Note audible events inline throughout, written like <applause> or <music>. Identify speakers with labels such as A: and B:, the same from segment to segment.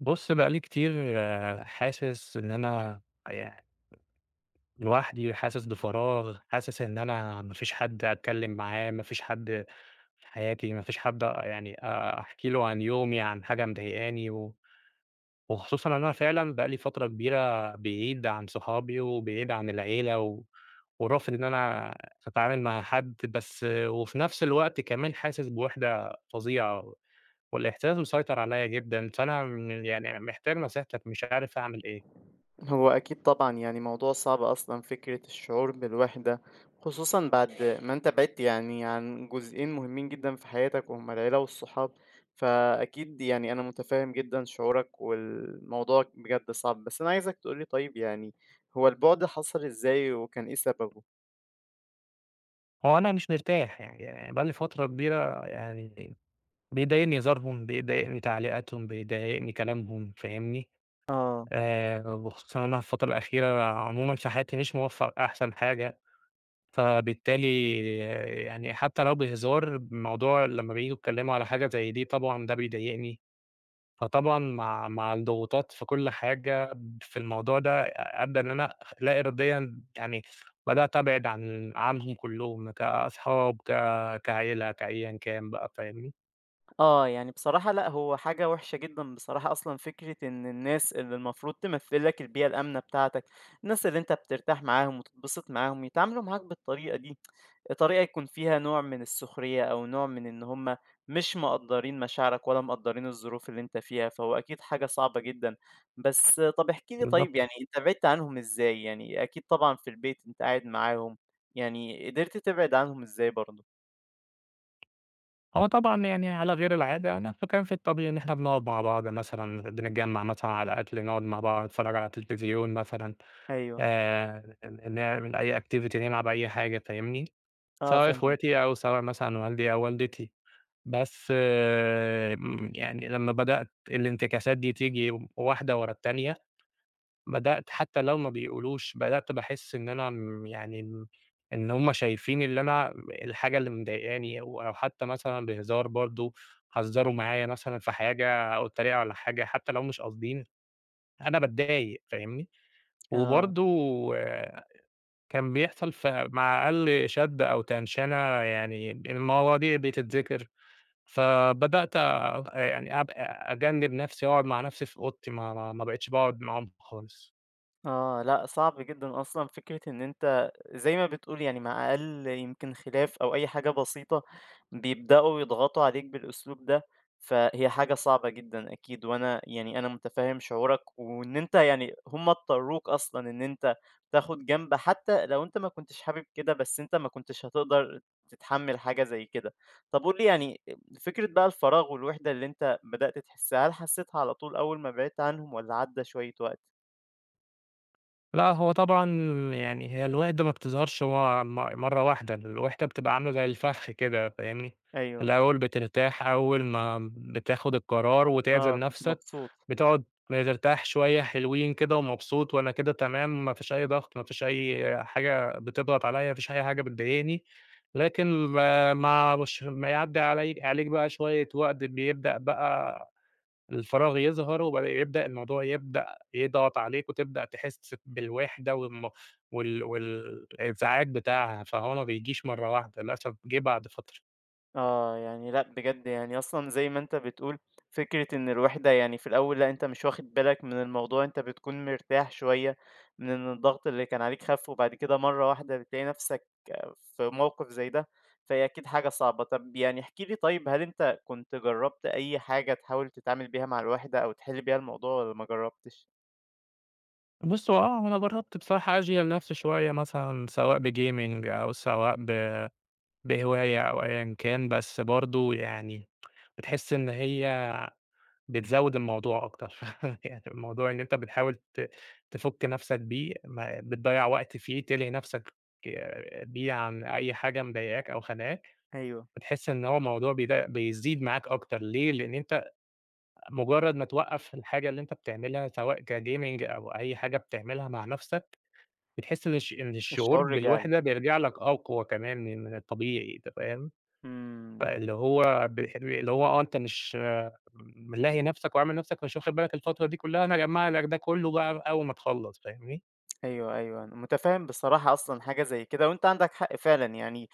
A: بُص، بقى لي كتير آه، حاسس إن أنا يعني لوحدي، حاسس بفراغ، حاسس إن أنا ما فيش حد أتكلم معاه، ما فيش حد في حياتي، ما فيش حد آه، يعني أحكي له عن يومي، عن حاجة مضايقاني، و وخصوصًا إن أنا فعلًا بقى لي فترة كبيرة بعيد عن صحابي وبعيد عن العيلة، و ورافض إن أنا أتعامل مع حد، بس آه، وفي نفس الوقت كمان حاسس بوحدة فظيعة، والإحساس مسيطر عليّا جدًا، فأنا م يعني محتاج نصيحتك، مش عارف أعمل إيه.
B: هو أكيد طبعًا، يعني موضوع صعب أصلًا فكرة الشعور بالوحدة، خصوصًا بعد ما أنت بعدت يعني عن جزئين مهمين جدًا في حياتك وهُم العيلة والصحاب، فأكيد يعني أنا متفهم جدًا شعورك والموضوع بجد صعب، بس أنا عايزك تقول لي طيب يعني هو البُعد حصل إزاي وكان إيه سببه؟
A: هو أنا مش مرتاح، يعني بقى لي فترة كبيرة يعني بيضايقني هزارهم، بيضايقني تعليقاتهم، بيضايقني كلامهم فاهمني؟
B: آه،
A: وخصوصًا أنا الفترة الأخيرة عمومًا في حياتي مش موفّق أحسن حاجة، فبالتالي يعني حتى لو بهزار الموضوع لمّا بييجوا يتكلموا على حاجة زي دي طبعًا ده بيضايقني. فطبعًا مع الضغوطات في كل حاجة في الموضوع ده أدّى إن أنا لا إراديًا يعني بدأت أبعد عنهم كلّهم كأصحاب، كعيلة، كأيًا كان بقى فاهمني؟
B: آه، يعني بصراحة لأ، هو حاجة وحشة جدًا بصراحة أصلًا فكرة إن الناس اللي المفروض تمثّل لك البيئة الآمنة بتاعتك، الناس اللي أنت بترتاح معاهم وتتبسط معاهم، يتعاملوا معاك بالطريقة دي. طريقة يكون فيها نوع من السخرية أو نوع من إن هم مش مقدّرين مشاعرك ولا مقدّرين الظروف اللي أنت فيها، فهو أكيد حاجة صعبة جدًا. بس طَب احكِ لي طيب
A: بالضبط.
B: يعني أنت بعدت عنهم إزاي؟ يعني أكيد طبعًا في البيت أنت قاعد معاهم، يعني قدرت تبعد عنهم إزاي برضه؟
A: هو طبعًا يعني على غير العادة أنا فكان في الطبيعي إن إحنا بنقعد مع بعض مثلًا، بنتجمّع مثلًا على أكل، نقعد مع بعض، نتفرّج على التلفزيون مثلًا،
B: أيوه،
A: ن نعمل أي activity، نلعب أي حاجة فاهمني؟
B: آه
A: سواء
B: فاهمك،
A: إخواتي أو سواء مثلًا والدي أو والدتي. بس يعني لمّا بدأت الانتكاسات دي تيجي واحدة ورا التانية، بدأت حتى لو ما بيقولوش بدأت باحس إن أنا م يعني م إن هُم شايفين اللي أنا الحاجة اللي مضايقاني أو حتى مثلًا بهزار برضه، هزروا معايا مثلًا في حاجة أو اتريقوا على حاجة حتى لو مش قاصدين، أنا باتضايق فاهمني؟
B: آه.
A: وبرضه كان بيحصل مع أقل شد أو تنشنة يعني المواضيع بتتذكر. فبدأت يعني أب أجنِّب نَفْسي، أقعد مع نَفْسي في أوضتي، ما بقيتش باقعد معاهم خالص.
B: آه، لأ صعب جدًا أصلًا فكرة إن أنت زي ما بتقول يعني مع أقل يمكن خلاف أو أي حاجة بسيطة بيبدأوا يضغطوا عليك بالأسلوب ده، فهي حاجة صعبة جدًا أكيد، وأنا يعني أنا متفهم شعورك، وإن أنت يعني هم اضطروك أصلًا إن أنت تاخد جنب حتى لو أنت ما كنتش حابب كده، بس أنت ما كنتش هتقدر تتحمل حاجة زي كده. طب قُل لي يعني فكرة بقى الفراغ والوحدة اللي أنت بدأت تحسها، هل حسيتها على طول أول ما بعدت عنهم والّا عدى شوية وقت؟
A: لأ، هو طبعًا يعني هي الوِحدة ما بتظهرش هو م مرّة واحدة، الوِحدة بتبقى عاملة زي الفخ كده فاهمني،
B: أيوه.
A: الأول بترتاح أول ما بتاخد القرار وتعزل
B: آه، كنت
A: نَفْسك،
B: مبسوط.
A: بتقعد ترتاح شوية حلوين كده ومبسوط وأنا كده تمام، ما فيش أي ضغط، ما فيش أي حاجة بتضغط عليّا، ما فيش أي حاجة بتضايقني، لكن ب مع مش ما يعدّي عليك بقى شوية وقت بيبدأ بقى الفراغ يظهر وبدأ يبدأ الموضوع يبدأ يضغط عليك وتبدأ تحس بالوحدة والإنزعاج بتاعها فهو ما بيجيش مرة واحدة للأسف جه بعد فترة.
B: آه، يعني لأ بجد يعني أصلًا زي ما أنت بتقول فكرة إن الوحدة يعني في الأول لأ أنت مش واخد بالك من الموضوع، أنت بتكون مرتاح شوية من إن الضغط اللي كان عليك خَف، وبعد كده مرّة واحدة بتلاقي نَفْسك آه، في موقِف زي ده، فهي أكيد حاجة صعبة. طَب يعني احكِ لي طيب هل أنت كنت جرّبت أي حاجة تحاول تتعامل بيها مع الوحدة أو تحِل بيها الموضوع والّا ما جرّبتش؟
A: بُص هو آه، أنا جرّبت بصراحة أشغِل نفسي شوية مثلًا سواء بgaming أو سواء ب بهواية أو أيًا كان، بس برضه يعني بتحس إن هي بتزوّد الموضوع أكتر، <laughs> يعني الموضوع إن أنت بتحاول ت تفُك نَفْسك بيه، ما بتضيّع وقت فيه، تلهي نَفْسك بيه عن أي حاجة مضايقاك أو خانقاك،
B: أيوه.
A: بتحس إن هو الموضوع بيزيد معاك أكتر ليه؟ لإن أنت مُجرّد ما توقّف الحاجة اللي أنت بتعملها سواء كgaming أو أي حاجة بتعملها مع نَفْسك، بتحس إن الشعور
B: الشعور رجع لك.
A: بالوحدة بيرجع لك أقوى كمان من الطبيعي، أنت فاهم؟
B: إمم،
A: فاللي هو بيح اللي هو آه، أنت مش ملاهي نَفْسك وعامل نَفْسك مش واخد بالك الفترة دي كُلّها، أنا هاجمّع لك ده كُلّه بقى أول ما تخلّص، فاهمني؟
B: أيوه، أيوه، أنا مُتفهِّم بصراحة أصلًا حاجة زي كده وأنت عندك حق فعلًا يعني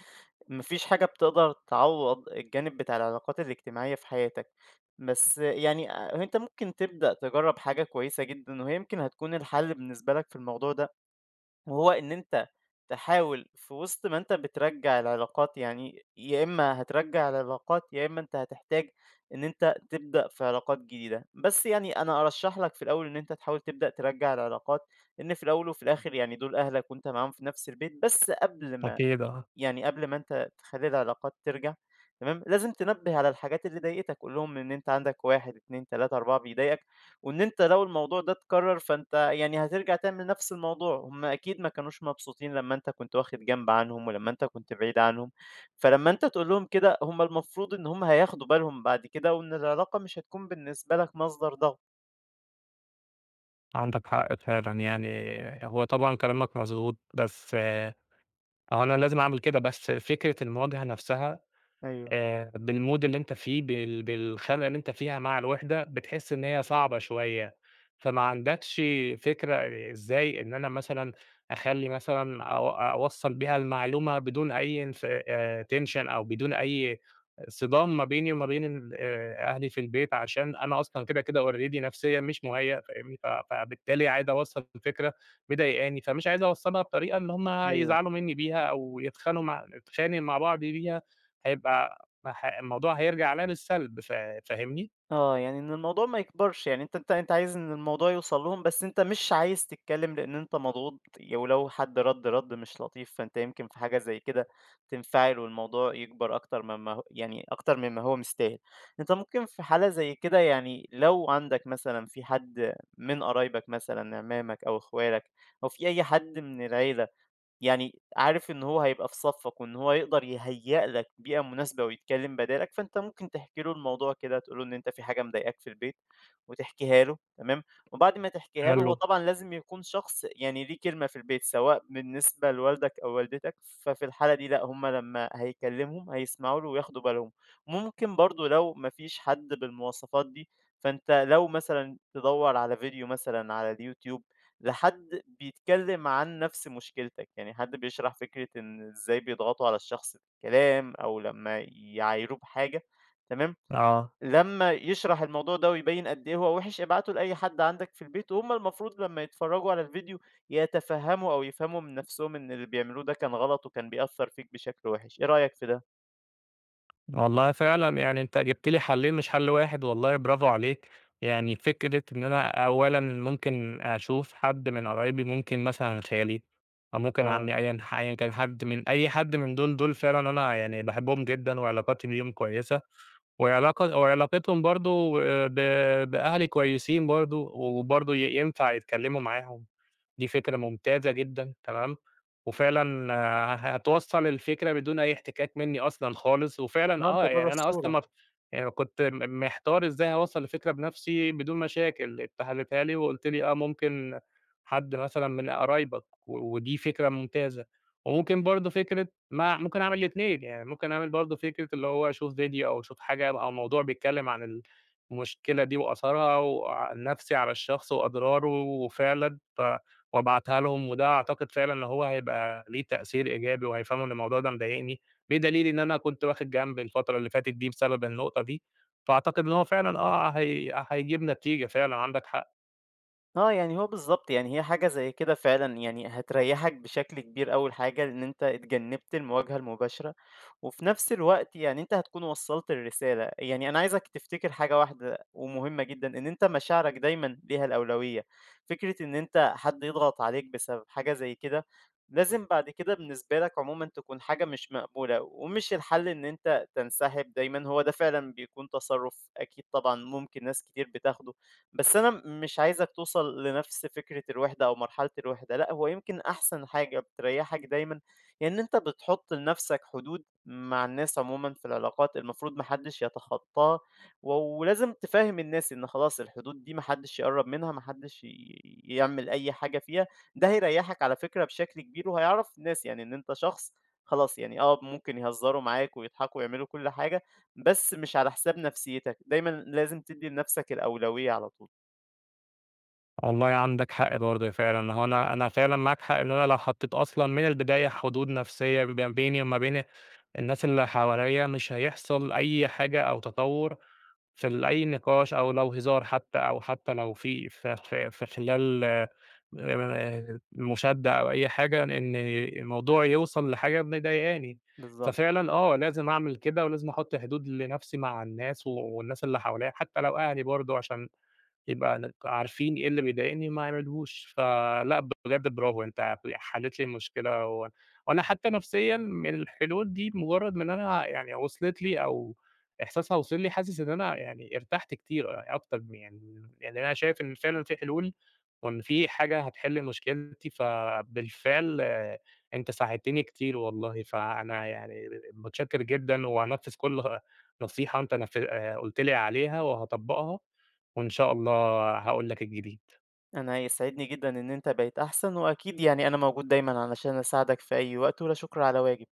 B: ما فيش حاجة بتقدر تعوّض الجانب بتاع العلاقات الاجتماعية في حياتك، بس يعني أنت ممكن تبدأ تجرّب حاجة كويسة جدًا وهي يمكن هتكون الحل بالنسبة لك في الموضوع ده، وهو إن أنت تحاول في وسط ما أنت بترجّع العلاقات يعني يا إما هترجّع العلاقات، يا إما أنت هتحتاج إن أنت تبدأ في علاقات جديدة، بس يعني أنا أرشّح لك في الأول إن أنت تحاول تبدأ ترجّع العلاقات، لإن في الأول وفي الآخر يعني دول أهلك وأنت معاهم في نفس البيت، بس قبل ما
A: أكيد آه،
B: يعني قبل ما أنت تخلّي العلاقات ترجع تمام، لازم تنبّه على الحاجات اللي ضايقتك، قُل لهم إن أنت عندك 1، 2، 3، 4 بيضايقك، وإن أنت لو الموضوع ده اتكرر فأنت يعني هترجع تعمل نفس الموضوع، هم أكيد ما كانوش مبسوطين لمّا أنت كنت واخد جنب عنهم ولمّا أنت كنت بعيد عنهم، فلمّا أنت تقول لهم كده هم المفروض إن هم هياخدوا بالهم بعد كده، وإن العلاقة مش هتكون بالنسبة لك مصدر ضغط.
A: عندك حق فعلًا يعني هو طبعًا كلامك مضبوط، بس أهو أنا لازم أعمل كده، بس فكرة المواجهة نَفْسها
B: أيوه،
A: بالmood اللي أنت فيه، بالخنقة اللي أنت فيها مع الوِحدة، بتحس إن هي صعبة شوية، فما عندكش فكرة إزاي إن أنا مثلًا أخلّي مثلًا أو أوصّل بيها المعلومة بدون أي انف tension أو بدون أي صدام ما بيني وما بين ال أهلي في البيت، عشان أنا أصلًا كده، كده already نفسيًا مش مُهيأ فاهمني، فبالتالي عايز أوصّل الفكرة مضايقاني، فمش عايز أوصّلها بطريقة إن هُم
B: أيوه.
A: يزعلوا منّي بيها أو يتخانقوا مع نتخانق مع بعض بيها، هيبقى ما ح الموضوع هيرجع عليّا بالسلب فاهمني؟
B: آه، يعني إن الموضوع ما يكبرش، يعني أنت عايز إن الموضوع يوصل لهم، بس أنت مش عايز تتكلم لإن أنت مضغوط، ولو حد رَد مش لطيف، فأنت يمكن في حاجة زي كده تنفعل والموضوع يكبر أكتر مما هو يعني أكتر مما هو مستاهل. أنت ممكن في حالة زي كده يعني لو عندك مثلًا في حد من قرايبك مثلًا، عمامك أو أخوالك أو في أي حد من العيلة يعني عارف إن هو هيبقى في صفّك، وإن هو يقدر يهيأ لك بيئة مناسبة ويتكلّم بدالك، فأنت ممكن تحكي له الموضوع كده، تقول له إن أنت في حاجة مضايقاك في البيت، وتحكيها له تمام، وبعد ما تحكيها له
A: حلو،
B: هو طبعًا لازم يكون شخص يعني ليه كلمة في البيت، سواء بالنسبة لوالدك أو والدتك، ففي الحالة دي لأ، هُم لمّا هيكلّمهم هيسمعوا له وياخدوا بالهم. ممكن برضه لو ما فيش حد بالمواصفات دي، فأنت لو مثلًا تدوّر على فيديو مثلًا على الYouTube لحد بيتكلم عن نفس مشكلتك، يعني حد بيشرح فكرة إن إزاي بيضغطوا على الشخص بالكلام أو لمّا يعايروه بحاجة، تمام،
A: آه،
B: لمّا يشرح الموضوع ده ويبيّن قد إيه هو وِحِش، ابعته لأي حد عندك في البيت، وهُم المفروض لمّا يتفرّجوا على الفيديو يتفهّموا أو يفهموا من نفسهم إن اللي بيعملوه ده كان غلط وكان بيأثّر فيك بشكل وِحِش، إيه رأيك في ده؟
A: والله فعلًا يعني أنت جِبت لي حلّين مش حل واحد والله برافو عليك، يعني فكرة إن أنا أولًا ممكن أشوف حد من قرايبي، ممكن مثلًا خالي أو ممكن
B: آه،
A: عمي أيًا كان حد من أي حد من دول، دول فعلًا أنا يعني باحبهم جدًا وعلاقاتي بيهم كويسة، وعلاقة وعلاقتهم برضه ب بأهلي كويسين برضه، وبرضه ينفع يتكلموا معاهم. دي فكرة ممتازة جدًا، تمام، وفعلًا هتوصّل الفكرة بدون أي احتكاك منّي أصلًا خالص، وفعلًا
B: آه
A: آه،
B: أنت برّه
A: يعني أنا أصلًا
B: الصورة.
A: ما يعني كنت محتار إزاي أوصّل الفكرة بنفسي بدون مشاكل، أنت حليتها لي وقُلت لي آه ممكن حد مثلًا من قرايبك، و ودي فكرة ممتازة، وممكن برضه فكرة ما ممكن أعمل الاتنين، يعني ممكن أعمل برضه فكرة اللي هو أشوف فيديو أو أشوف حاجة أو موضوع بيتكلّم عن المشكلة دي وآثارها وعن نفسي على الشخص وأضراره وفعلًا ف وأبعتها لهم، وده أعتقد فعلًا إن هو هيبقى ليه تأثير إيجابي، وهيفهموا إن الموضوع ده مضايقني، بدليل إن أنا كنت واخد جنب الفترة اللي فاتت دي بسبب النقطة دي، فأعتقد إن هو فعلًا آه هيجيب نتيجة فعلًا عندك حق،
B: آه، يعني هو بالضبط، يعني هي حاجة زي كده فعلًا يعني هتريّحك بشكل كبير أول حاجة، لإن أنت اتجنّبت المواجهة المباشرة. وفي نفس الوقت يعني أنت هتكون وصّلت الرسالة، يعني أنا عايزك تفتكر حاجة واحدة ومهمة جدًا، إن أنت مشاعرك دايمًا ليها الأولوية، فكرة إن أنت حد يضغط عليك بسبب حاجة زي كده، لازم بعد كده بالنسبة لك عمومًا تكون حاجة مش مقبولة، ومش الحل إن أنت تنسحب دايمًا، هو ده فعلًا بيكون تصرُّف أكيد طبعًا ممكن ناس كتير بتاخده، بس أنا مش عايزك توصل لنفس فكرة الوحدة أو مرحلة الوحدة، لأ هو يمكن أحسن حاجة بتريّحك دايمًا، هي إن أنت بتحُط لنفسك حدود مع الناس عمومًا في العلاقات المفروض ما حدش يتخطاها، ولازم تفهِّم الناس إن خلاص الحدود دي ما حدش يقرّب منها، ما حدش يعمل أي حاجة فيها، ده هيريّحك على فكرة بشكل كبير، وهيعرّف الناس يعني إن أنت شخص خلاص يعني آه، ممكن يهزّروا معاك ويضحكوا ويعملوا كل حاجة، بس مش على حساب نفسيتك، دايمًا لازم تدّي لنفسك الأولوية على طول.
A: والله عندك حق برضه فعلًا، هو أنا فعلًا معاك حق إن أنا لو حطيت أصلًا من البداية حدود نفسية ما بيني وما بين الناس اللي حواليّا، مش هيحصل أي حاجة أو تطور في أي نقاش أو لو هزار حتى أو حتى لو في ف ف في خلال مشادة أو أي حاجة، إن الموضوع يوصل لحاجة مضايقاني،
B: بالضبط،
A: ففعلًا آه، لازم أعمل كده ولازم أحُط حدود لنَفْسي مع الناس والناس اللي حواليّا، حتى لو أهلي برضه عشان نبقى عارفين إيه اللي بيضايقني وما يعملهوش، فلأ بجد برافو أنتِ حلّيتِ لي المشكلة وأنا حتى نفسيًا من الحلول دي مجرّد من إن أنا يعني وصلت لي أو إحساسها وصل لي، حاسس إن أنا يعني ارتحت كتير يعني أكتر م يعني يعني أنا شايف إن فعلًا في حلول وإن في حاجة هتحل مشكلتي، فبالفعل آه، أنتِ ساعدتني كتير والله، فأنا يعني متشكر جدًا وهانفِّذ كل نصيحة أنت نف قُلت لي عليها وهاطبّقها. وإن شاء الله هاقول لك الجديد.
B: أنا هيسعدني جدًا إن أنت بقيت أحسن، وأكيد يعني أنا موجود دايمًا علشان أساعدك في أي وقت، ولا شُكر على واجب.